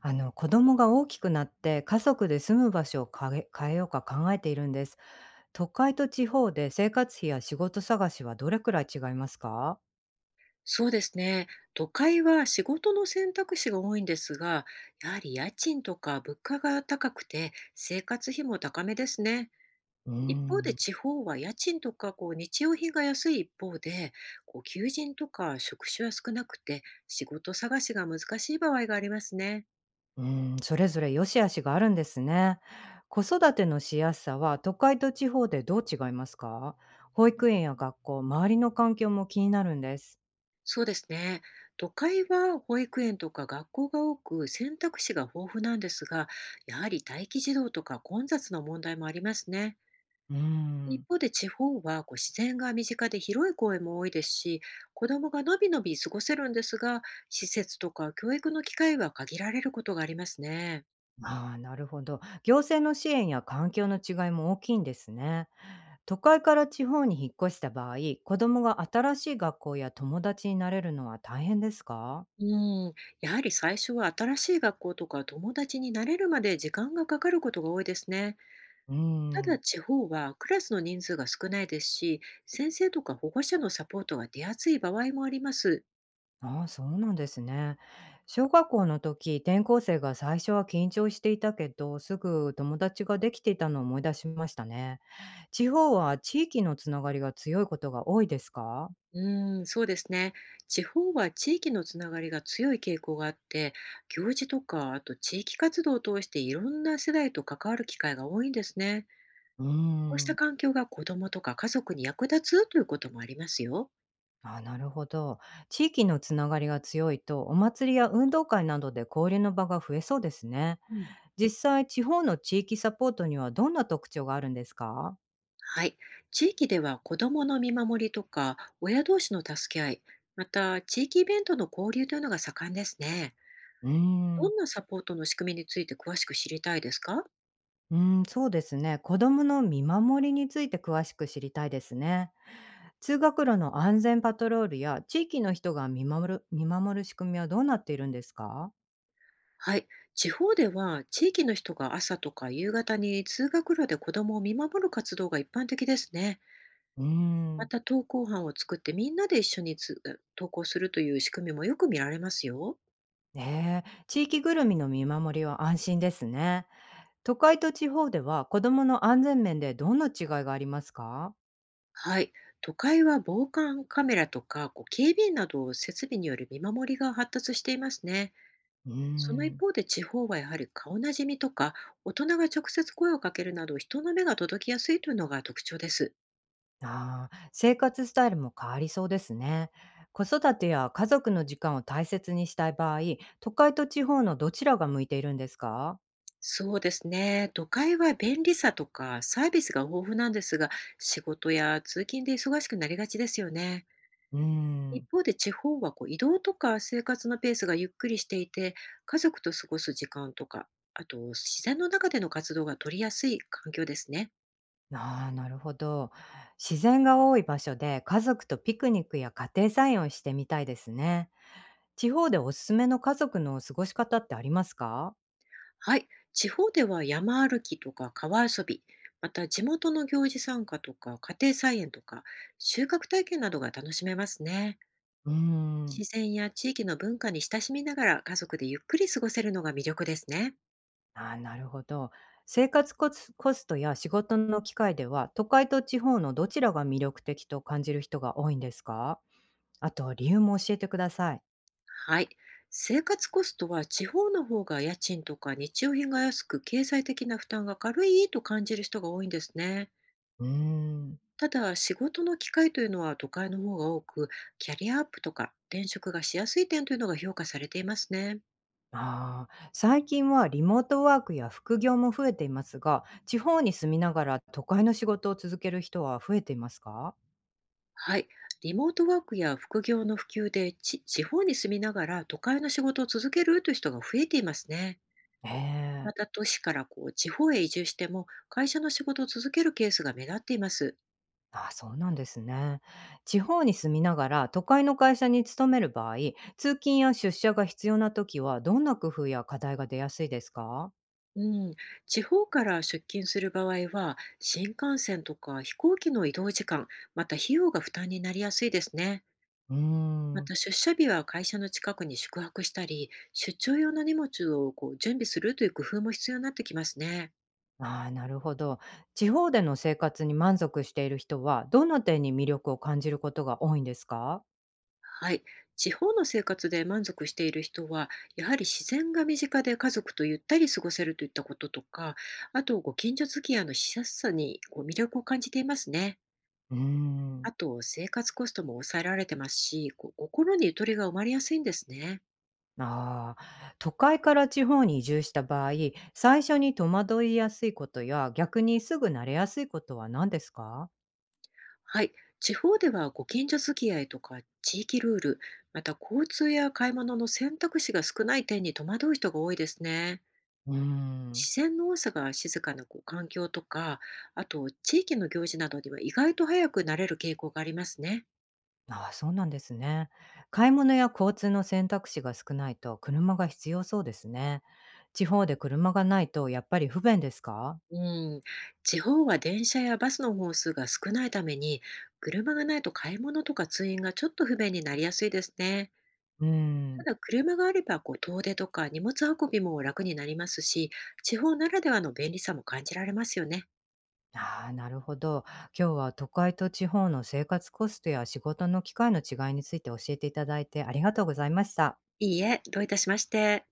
あの子供が大きくなって家族で住む場所を変えようか考えているんです。都会と地方で生活費や仕事探しはどれくらい違いますか？そうですね。都会は仕事の選択肢が多いんですが、やはり家賃とか物価が高くて生活費も高めですね。うー一方でん、地方は家賃とかこう日用品が安い一方で、こう求人とか職種は少なくて仕事探しが難しい場合がありますね。うーん、それぞれ良し悪しがあるんですね。子育てのしやすさは都会と地方でどう違いますか？保育園や学校、周りの環境も気になるんです。そうですね。都会は保育園とか学校が多く選択肢が豊富なんですが、やはり待機児童とか混雑の問題もありますね。うー一ん。方で地方はこう自然が身近で広い公園も多いですし、子どもがのびのび過ごせるんですが、施設とか教育の機会は限られることがありますね。ああ、なるほど。行政の支援や環境の違いも大きいんですね。都会から地方に引っ越した場合、子供が新しい学校や友達になれるのは大変ですか？うん、やはり最初は新しい学校とか友達に慣れるまで時間がかかることが多いですね。うーただん。地方はクラスの人数が少ないですし、先生とか保護者のサポートが出やすい場合もあります。ああ、そうなんですね。小学校の時、転校生が最初は緊張していたけど、すぐ友達ができていたのを思い出しましたね。地方は地域のつながりが強いことが多いですか？うーん、そうですね。地方は地域のつながりが強い傾向があって、行事とか、あと地域活動を通していろんな世代と関わる機会が多いんですね。うーこうしたん。環境が子どもとか家族に役立つということもありますよ。あ、なるほど。地域のつながりが強いと、お祭りや運動会などで交流の場が増えそうですね。うん、実際、地方の地域サポートにはどんな特徴があるんですか？はい。地域では子どもの見守りとか、親同士の助け合い、また地域イベントの交流というのが盛んですね。うーん、どうんなサポートの仕組みについて詳しく知りたいですか？ーん、そうですね。子供の見守りについて詳しく知りたいですね。通学路の安全パトロールや地域の人が見守る仕組みはどうなっているんですか？はい。地方では地域の人が朝とか夕方に通学路で子供を見守る活動が一般的ですね。うーまん。た登校班を作ってみんなで一緒に登校するという仕組みもよく見られますよ。ねえ、地域ぐるみの見守りは安心ですね。都会と地方では子どもの安全面でどんな違いがありますか？はい。都会は防寒カメラとかこう警備員など設備による見守りが発達していますね。うーその一ん。方で地方はやはり顔なじみとか、大人が直接声をかけるなど人の目が届きやすいというのが特徴です。ああ、生活スタイルも変わりそうですね。子育てや家族の時間を大切にしたい場合、都会と地方のどちらが向いているんですか？そうですね。都会は便利さとかサービスが豊富なんですが、仕事や通勤で忙しくなりがちですよね。うー一ん。方で地方はこう移動とか生活のペースがゆっくりしていて、家族と過ごす時間とか、あと自然の中での活動が取りやすい環境ですね。ああ、なるほど。自然が多い場所で家族とピクニックや家庭菜園をしてみたいですね。地方でおすすめの家族の過ごし方ってありますか？はい。地方では山歩きとか川遊び、また地元の行事参加とか家庭菜園とか収穫体験などが楽しめますね。うーん。自然や地域の文化に親しみながら家族でゆっくり過ごせるのが魅力ですね。ああ、なるほど。生活コストや仕事の機会では、都会と地方のどちらが魅力的と感じる人が多いんですか？あと理由も教えてください。はい。生活コストは地方の方が家賃とか日用品が安く、経済的な負担が軽いと感じる人が多いんですね。うーん。ただ仕事の機会というのは都会の方が多く、キャリアアップとか転職がしやすい点というのが評価されていますね。ああ、最近はリモートワークや副業も増えていますが、地方に住みながら都会の仕事を続ける人は増えていますか？はい。リモートワークや副業の普及で地方に住みながら都会の仕事を続けるという人が増えていますね。まええ。た都市からこう地方へ移住しても、会社の仕事を続けるケースが目立っています。ああ、そうなんですね。地方に住みながら都会の会社に勤める場合、通勤や出社が必要な時はどんな工夫や課題が出やすいですか？うん、地方から出勤する場合は新幹線とか飛行機の移動時間、また費用が負担になりやすいですね。うーまん。た出社日は会社の近くに宿泊したり、出張用の荷物をこう準備するという工夫も必要になってきますね。ああ、なるほど。地方での生活に満足している人は、どんな点に魅力を感じることが多いんですか？はい。地方の生活で満足している人は、やはり自然が身近で家族とゆったり過ごせるといったこととか、あとご近所付き合いのしやすさにこう魅力を感じていますね。うーん。あと生活コストも抑えられてますし、こう心にゆとりが生まれやすいんですね。ああ、都会から地方に移住した場合、最初に戸惑いやすいことや、逆にすぐ慣れやすいことは何ですか？はい。地方ではご近所付き合いとか地域ルール、また交通や買い物の選択肢が少ない点に戸惑う人が多いですね。うーん。自然の多さが静かなこう環境とか、あと地域の行事などには意外と早く慣れる傾向がありますね。ああ、そうなんですね。買い物や交通の選択肢が少ないと、車が必要そうですね。地方で車がないとやっぱり不便ですか？うん、地方は電車やバスの本数が少ないために、車がないと買い物とか通院がちょっと不便になりやすいですね。うーたん。だ車があればこう遠出とか荷物運びも楽になりますし、地方ならではの便利さも感じられますよね。ああ、なるほど。今日は都会と地方の生活コストや仕事の機会の違いについて教えていただいてありがとうございました。いいえ、どういたしまして。